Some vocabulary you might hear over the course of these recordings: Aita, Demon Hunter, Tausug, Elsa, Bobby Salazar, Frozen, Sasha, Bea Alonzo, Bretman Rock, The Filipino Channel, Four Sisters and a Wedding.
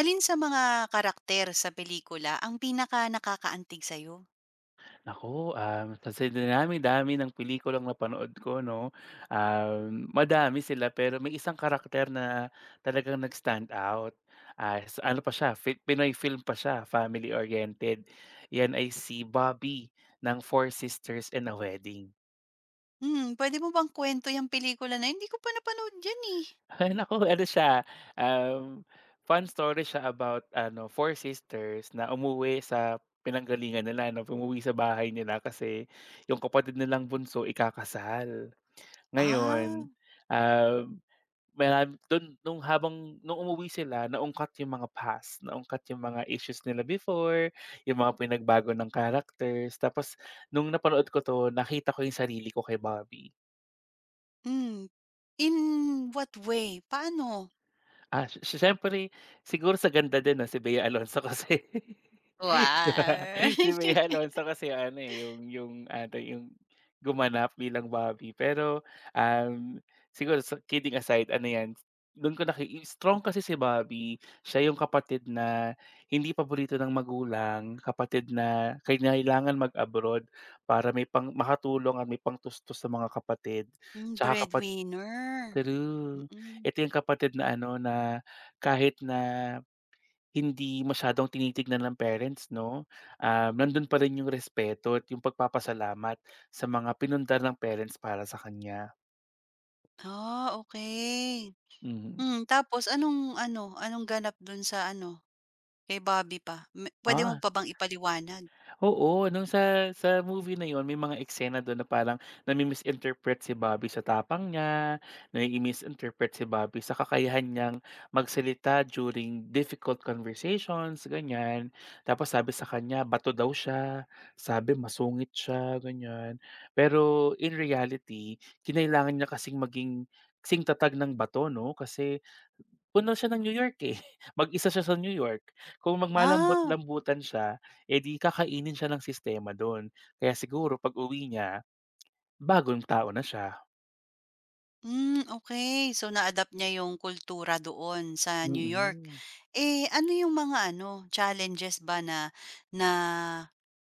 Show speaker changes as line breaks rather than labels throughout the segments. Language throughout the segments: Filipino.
Alin sa mga karakter sa pelikula ang pinaka nakakaantig sa'yo?
Naku, sa dinami-dami ng pelikulang napanood ko 'no, madami sila pero may isang karakter na talagang nag-stand out, as ano pa siya, Pinoy film pa siya, family-oriented. 'Yan ay si Bobby ng Four Sisters and a Wedding.
Pwede mo bang kwento 'yang pelikula na 'yon, hindi ko pa napanood 'yan, eh.
Ay naku, ano siya, um, fun story siya about ano, four sisters na umuwi sa pinanggalingan nila 'no, umuwi sa bahay nila kasi yung kapatid nilang bunso ikakasal.
Ah,
Ngayon, ah, marami dun habang nung umuwi sila naungkat yung mga past, naungkat yung mga issues nila before, yung mga pinagbago ng characters. Tapos nung napanood ko 'to nakita ko yung sarili ko kay Bobby.
hmm. In what way? Paano?
Ah, si si siyempre siguro sa ganda din 'no, si Bea Alonzo kasi 'di ba?
Wow!
Si Bea Alonzo kasi ano, eh, yung ano, yung gumanap bilang Bobby. Pero, um, siguro sa kidding aside ano 'yan, dun ko naki strong kasi si Bobby, siya yung kapatid na hindi paborito ng magulang, kapatid na kinailangan mag-abroad para may pang makatulong at may pangtustos sa mga kapatid. Tsaka kapag
Breadwinner.
true.
Mm.
Ito yung kapatid na ano, na kahit na hindi masyadong tinitignan ng parents 'no, nandun pa rin yung respeto at yung pagpapasalamat sa mga pinundar ng parents para sa kanya.
Ah, okay.
Mhm.
Tapos anong ano, anong ganap dun sa ano, kay Bobby pa? Me puwede mo
Ah.
pa bang ipaliwanag?
Oo, nung sa movie na yon may mga eksena dun na parang nami-misinterpret si Bobby sa tapang niya, nai-misinterpret si Bobby sa kakayahan niyang magsalita during difficult conversations, ganyan. Tapos sabi sa kanya bato daw siya, sabi masungit siya, ganyan. Pero in reality, kinailangan niya kasing maging kasing tatag ng bato 'no, kasi puno siya ng New York, eh, mag-isa siya sa New York. Kung
Ah.
magmalambot-lambutan siya, eh, di kakainin siya ng sistema dun. Kaya siguro pag-uwi niya, bagong tao na siya.
Hmm, okay. So, na-adapt niya yung kultura doon sa New York.
Mm.
Eh, ano yung mga ano, challenges ba na na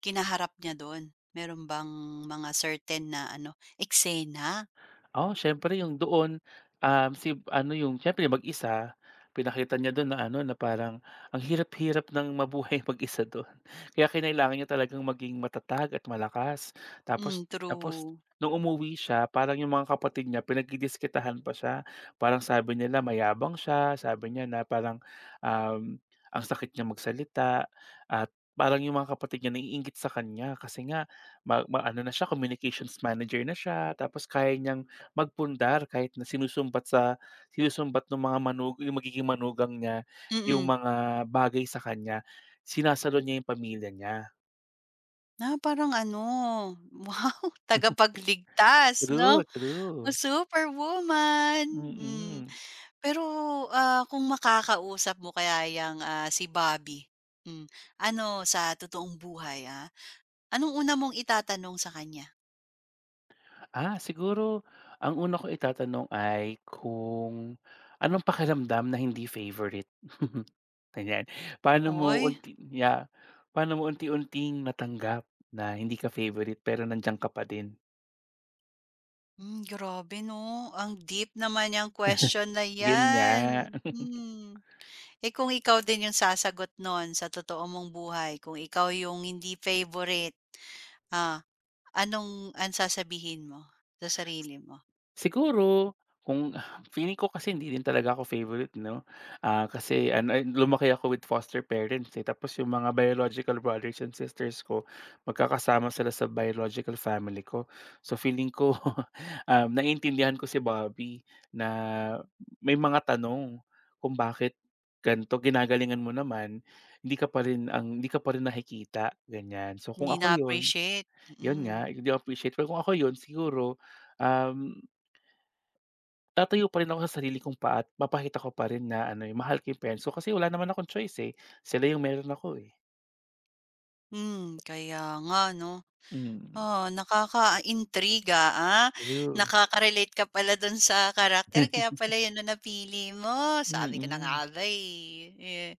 kinaharap niya doon? Meron bang mga certain na ano, eksena?
Oo, siyempre yung doon, si ano yung siyempre mag-isa, pinakita niya doon na ano, na parang ang hirap-hirap ng mabuhay mag-isa doon. Kaya kinailangan niya talagang maging matatag at malakas.
Hmm,
Tapos
through
tapos
true.
nung umuwi siya, parang yung mga kapatid niya pinagdidiskitahan pa siya. Parang sabi nila mayabang siya, sabi niya na parang, um, ang sakit niya magsalita at parang yung mga kapatid niya naiinggit sa kanya kasi nga ma ma ano na siya, communications manager na siya, tapos kaya niyang magpundar kahit na sinusumbat ng mga manug, yung magiging manugang niya, yung
Mm-mm.
mga bagay sa kanya, sinasalo niya yung pamilya niya.
Na parang ano, wow, tagapagligtas
True,
'no? O
true.
superwoman. Hmm.
Mm.
Pero, kung makakausap mo kaya yang, si Bobby, hmm, ano, sa totoong buhay. Anong una mong itatanong sa kanya?
Ah, siguro ang una kong itatanong ay kung anong pakiramdam na hindi favorite? Ganyan. Paano mo
Oy,
unti yeah, paano mo unti-unting natanggap na hindi ka favorite pero nandiyan ka pa din?
grabe 'no, ang deep naman yung question na
Yun nga.
'yan. Hmm. Eh, kung ikaw din yung sasagot nun sa totoo mong buhay, kung ikaw yung hindi favorite, ah, anong ang sasabihin mo sa sarili mo?
Siguro kung feeling ko kasi hindi din talaga ako favorite 'no, kasi ano, eh, lumaki ako with foster parents, eh, tapos yung mga biological brothers and sisters ko magkakasama sila sa biological family ko. So feeling ko, naiintindihan ko si Bobby na may mga tanong kung bakit ganito ginagalingan mo naman, hindi ka pa rin nakikita, ganyan. So kung
Hindi
ako yun,
na-appreciate,
yun
mm.
nga, hindi ako appreciate pero kung ako yun siguro, um tatayo pa rin ako sa sarili kong paa at papakita ko pa rin na ano, eh, mahal ko yung parents ko kasi wala naman akong choice, eh, sila yung meron ako, eh.
Kaya nga 'no.
Hmm.
Oh, nakaka-intriga, ah.
True.
Nakaka-relate ka pala dun sa karakter kaya pala yun ang napili mo. Sabi ko na
Mm.
nga ba, eh.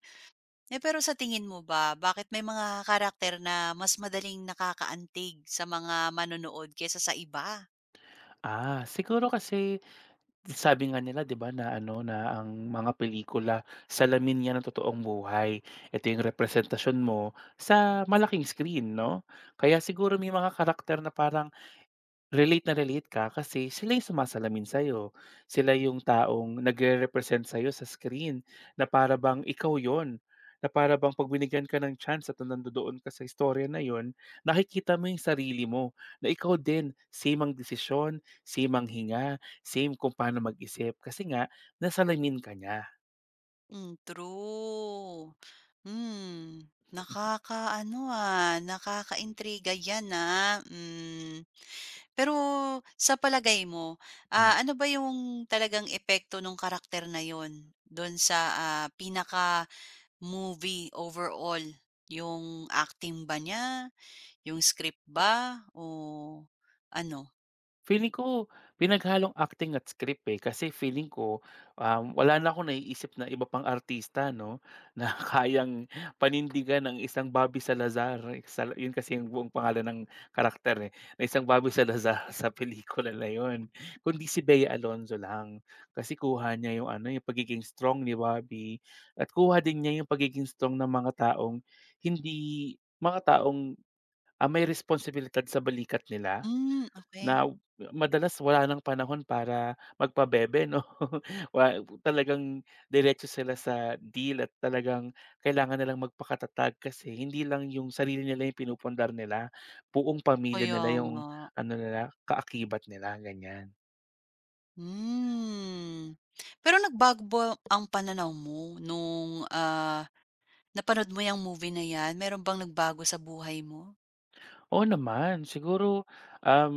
Eh, pero sa tingin mo ba, bakit may mga karakter na mas madaling nakakaantig sa mga manonood kaysa sa iba?
Siguro kasi sabi nga nila 'di ba na ano, na ang mga pelikula salamin niya ng totoong buhay. Ito yung representasyon mo sa malaking screen 'no? Kaya siguro may mga karakter na parang relate na relate ka kasi sila yung sumasalamin sa'yo. Sila yung taong nagre-represent sa'yo sa screen na para bang ikaw yon, na para bang 'pag binigyan ka ng chance at nandoon ka sa istorya na yon nakikita mo yung sarili mo, na ikaw din, same ang desisyon, same ang hinga, same kung paano mag-isip kasi nga nasalamin ka niya.
Hmm, true. Hmm, nakakaano, nakakaintriga 'yan. Pero sa palagay mo, ano ba yung talagang epekto nung karakter na yun dun sa, pinaka-movie overall? Yung acting ba niya, yung script ba o ano?
Feeling ko pinaghalong acting at script, eh, kasi feeling ko, wala na akong naiisip na iba pang artista 'no, na kayang panindigan ng isang Bobby Salazar, eh, sa yun kasi yung buong pangalan ng karakter, eh, na isang Bobby Salazar sa pelikula na yun, kundi si Bea Alonzo lang. Kasi kuha niya yung ano, yung pagiging strong ni Bobby at kuha din niya yung pagiging strong ng mga taong hindi mga taong, ah, may responsibilidad sa balikat nila.
Hmm, okay.
Na madalas wala ng panahon para magpabebe 'no. Wa talagang diretso sila sa deal at talagang kailangan nilang magpakatatag kasi hindi lang yung sarili nila yung pinupundar nila, buong pamilya
Kaya
nila
nga.
yung ano nila, kaakibat nila, ganyan.
Hmm. Pero nagbago ba ang pananaw mo nung, napanood mo yung movie na 'yan? Meron bang nagbago sa buhay mo?
Oo naman. Siguro, um,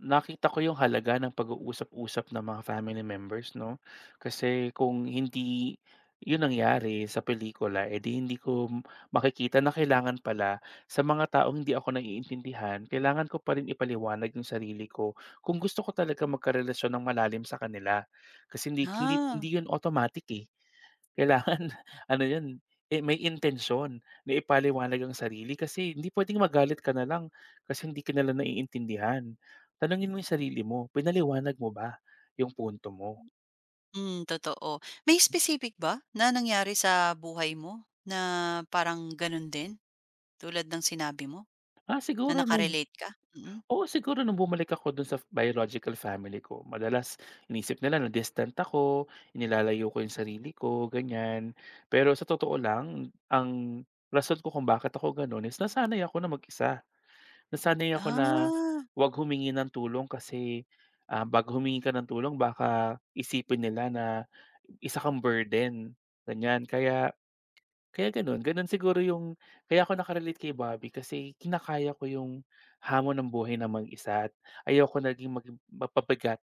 nakita ko yung halaga ng pag-uusap-usap ng mga family members, 'no? Kasi kung hindi yun nangyari sa pelikula, eh, hindi ko m makikita na kailangan pala sa mga taong hindi ako naiintindihan, kailangan ko pa rin ipaliwanag yung sarili ko kung gusto ko talaga magkarelasyon ng malalim sa kanila. Kasi hindi hindi
Ah,
hindi yun automatic, eh. Kailangan ano 'yun, eh, may intensyon na ipaliwanag ang sarili kasi hindi puwedeng magalit ka na lang kasi hindi ka nila naiintindihan. Tanungin mo 'yung sarili mo, pinaliwanag mo ba 'yung punto mo?
hmm, totoo. May specific ba na nangyari sa buhay mo na parang gano'n din tulad ng sinabi mo,
Ah,
na
siguro nung
nakarelate ka? Mm.
oo, siguro nung bumalik ako dun sa biological family ko madalas inisip nila na distant ako, inilalayo ko 'yung sarili ko, ganiyan. Pero sa totoo lang ang rason ko kung bakit ako gano'n is nasanay ako na mag-isa. Nasanay ako na
Ah.
'wag humingi ng tulong kasi, 'pag humingi ka ng tulong baka isipin nila na isa kang burden, ganyan. Kaya kaya gano'n, gano'n siguro yung kaya ako naka kay Bobby kasi kinakaya ko yung hamon ng buhay na mag-isa at ayoko naging maging mapabigat.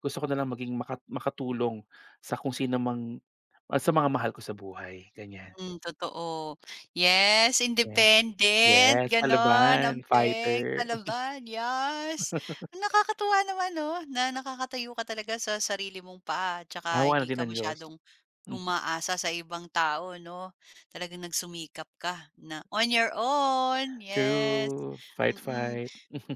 Gusto ko na lang maging maka makatulong sa kung sino mang sa mga mahal ko sa buhay, ganyan.
Mm, totoo. Yes,
Ye
independent,
yes,
gano'n,
palaban,
ambag,
fighter.
palaban, yes. Nakakatuwa naman 'no, na nakakatayo ka talaga sa sarili mong paa, tsaka
Awa
hindi
na din
ka
ng Diyos.
masyadong umaasa sa ibang tao 'no. Talagang nagsumikap ka na on your own, yes,
True, fight,
mm.
fight.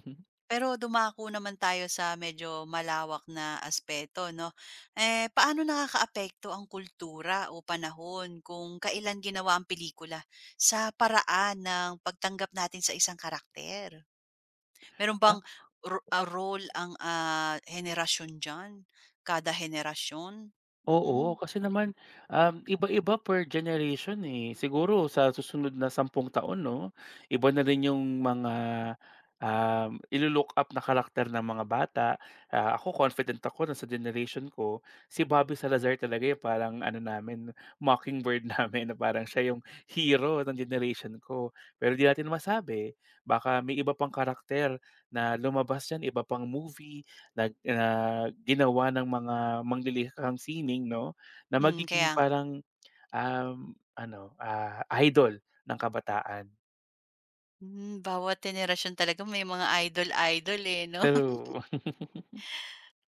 Pero dumako naman tayo sa medyo malawak na aspeto 'no. Eh, paano nakakaapekto ang kultura o panahon kung kailan ginawa ang pelikula sa paraan ng pagtanggap natin sa isang karakter? Meron
Ah,
bang role ang, henerasyon diyan, kada henerasyon? Mm-mm. Mm.
oo, kasi naman, iba-iba per generation, eh. Siguro sa susunod na 10 taon 'no, iba na rin yung mga, ilu-look up na karakter ng mga bata. Ah, ako confident ako na sa generation ko, si Bobby Salazar talaga yung parang ano namin, mockingbird namin na parang siya yung hero ng generation ko. Pero di natin masabi, baka may iba pang karakter na lumabas diyan, iba pang movie, nag ah, ginawa ng mga manglilikhang sining 'no, na magiging
Kaya nga.
parang, ano, idol ng kabataan.
Bawat henerasyon talaga may mga idol-idol, eh, 'no?
Pero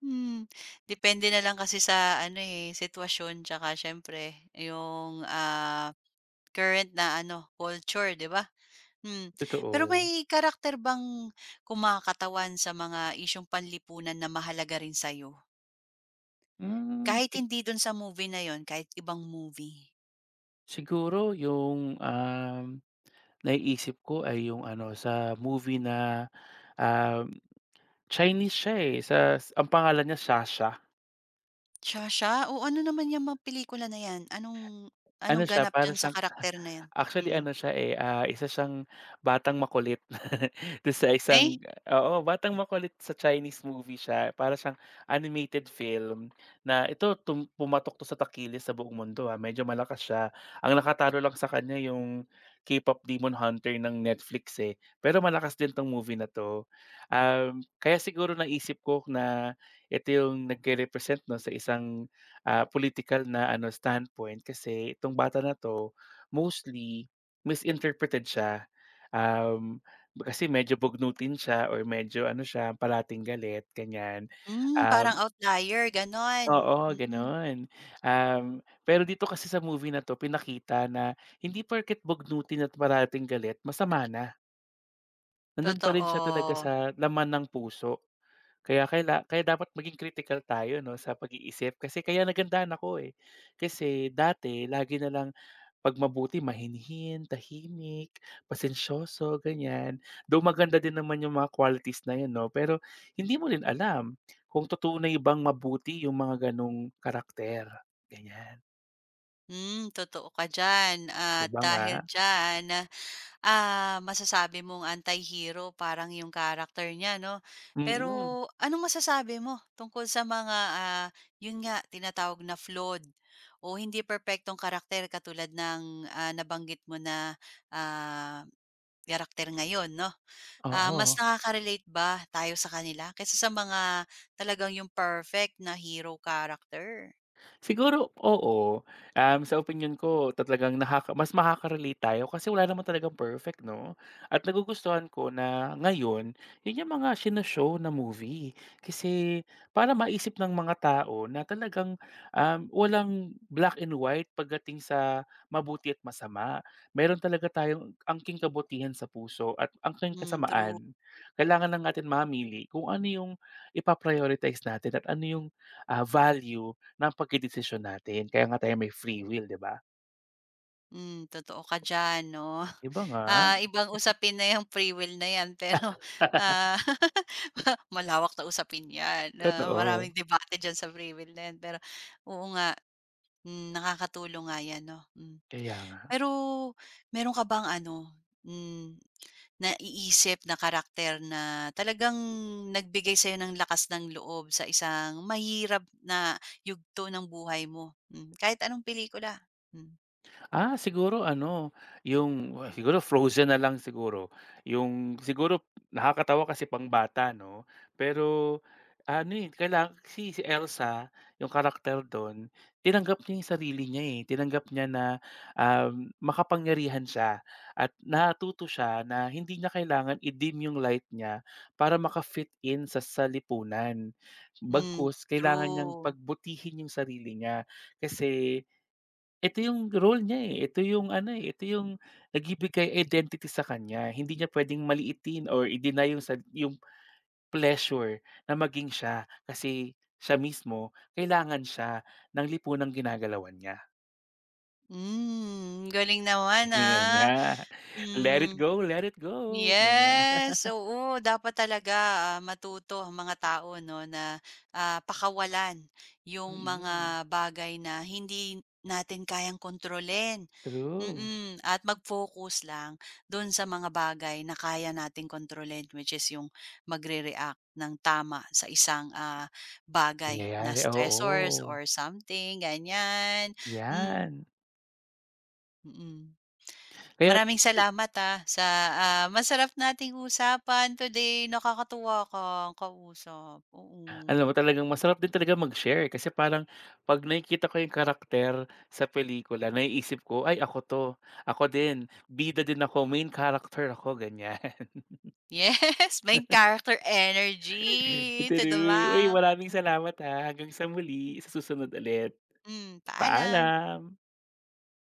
Hmm, Depende na lang kasi sa ano, eh, sitwasyon tsaka siyempre yung, current na ano, culture, 'di ba? Hmm, Pero
totoo.
may karakter bang kumakatawan sa mga isyung panlipunan na mahalaga rin sa'yo?
Hmm,
Kahit hindi dun sa movie na yon, kahit ibang movie.
siguro yung, naiisip ko ay yung ano sa movie na, um, Chinese siya, eh, ang pangalan niya Sasha.
Sha-sha, o ano naman yang mga pelikula na yan? Anong anong
Ano siya
ganap
para
diyan sa
siyang
karakter na yan?
actually
Mm.
ano siya, eh, ah, isa siyang batang makulit do'n sa
Eh?
isang oo, batang makulit sa Chinese movie siya. Para siyang animated film na ito pumatok 'to sa takilis sa buong mundo, ah, medyo malakas siya. Ang nakatalo lang sa kanya yung K-pop Demon Hunter ng Netflix, eh, pero malakas din 'tong movie na 'to. Kaya siguro naisip ko na ito yung nagre-represent 'no, sa isang, ah, politikal na ano standpoint kasi itong bata na 'to mostly, misinterpreted siya, um, kasi medyo bugnutin siya or medyo ano siya, parating galit ganyan.
Parang
Um,
outlier, gano'n?
Oo,
Mm,
gano'n. Um, Pero dito kasi sa movie na 'to pinakita na hindi porket bugnutin at parating galit masama na. Nandun pa rin siya talaga
totoo.
sa laman ng puso. Kaya dapat maging critical tayo 'no, sa pag-iisip kasi kaya nagandahan ako, eh. Kasi dati lagi na lang 'pag mabuti mahinhin, tahimik, pasensyoso, ganyan. Though maganda din naman yung mga qualities na yun 'no, pero hindi mo rin alam kung tutunay bang mabuti yung mga ganong karakter, ganyan.
Totoo ka diyan
'Di
at
ba nga?
dahil diyan, masasabi mong anti-hero parang yung character niya 'no. Pero
Mm,
anong masasabi mo tungkol sa mga, yun nga tinatawag na flawed o hindi perpektong karakter katulad ng, nabanggit mo na, ah, karakter ngayon 'no? Ah, mas
oo.
nakaka-relate ba tayo sa kanila kaysa sa mga talagang yung perfect na hero character?
Siguro oo. Sa opinyon ko talagang nakaka mas makaka-relate tayo kasi wala naman talagang perfect 'no? At nagugustuhan ko na ngayon, yun yung mga sino-show na movie. Kasi para maisip ng mga tao na talagang, walang black and white pagdating sa mabuti at masama. Meron talaga tayong angking kabutihan sa puso at angking
Hmm, true.
kasamaan. Kailangan lang natin mamili kung ano yung ipa natin at ano yung, ah, value ng pagdedesisyon natin kaya nga tayo may free will, 'di ba?
Totoo ka diyan 'no.
Iba nga,
Ah, ibang usapin na yung free will na 'yan pero, ah, malawak na usapin 'yan, maraming
totoo,
debate diyan sa free will na 'yan pero oo nga, nakakatulong nga 'yan 'no.
kaya
Pero meron ka bang ano, naiisip na karakter na talagang nagbigay sa'yo ng lakas ng loob sa isang mahirap na yugto ng buhay mo? Kahit anong pelikula. Hmm,
ah, siguro ano, siguro Frozen na lang siguro. Yung siguro nakakatawa kasi pangbata 'no, pero ano, eh, kaila si si Elsa, yung karakter dun, tinanggap niya yung sarili niya, eh. Tinanggap niya na, makapangyarihan siya at natuto siya na hindi niya kailangan i-dim yung light niya para maka-fit in sa salipunan.
hmm,
Bagkus kailangan niyang
true.
pagbutihin yung sarili niya kasi ito yung role niya, eh, ito yung ano, eh, ito yung nagbibigay identity sa kanya, hindi niya puwedeng maliitin or i-deny yung yung pleasure na maging siya kasi siya mismo kailangan siya ng lipunang ginagalawan niya,
Galing naman.
yun nga.
Hmm,
Let it go, ganyan,
yes, oo, dapat talaga, matuto ang mga tao 'no na, pakawalan yung
mm.
mga bagay na hindi natin kayang kontrolin.
True,
At mag-focus lang dun sa mga bagay na kaya nating kontrolin, which is yung magre-react ng tama sa isang, bagay na
nangyayari,
stressors
oo,
or something, ganyan. Hmm,
yan.
mm.
Kaya
Maraming salamat, sa, masarap nating usapan today. Nakakatuwa kang kausap, oo.
alam mo talagang masarap din talaga mag-share kasi parang 'pag nakikita ko yung karakter sa pelikula naiisip ko, "Ay ako 'to, ako din, bida din ako, main character ako." Ganyan.
Yes, main character energy to the
True. Uy,
max.
maraming salamat, ha, hanggang sa muli, sa susunod ulit.
Paalam.
Paalam.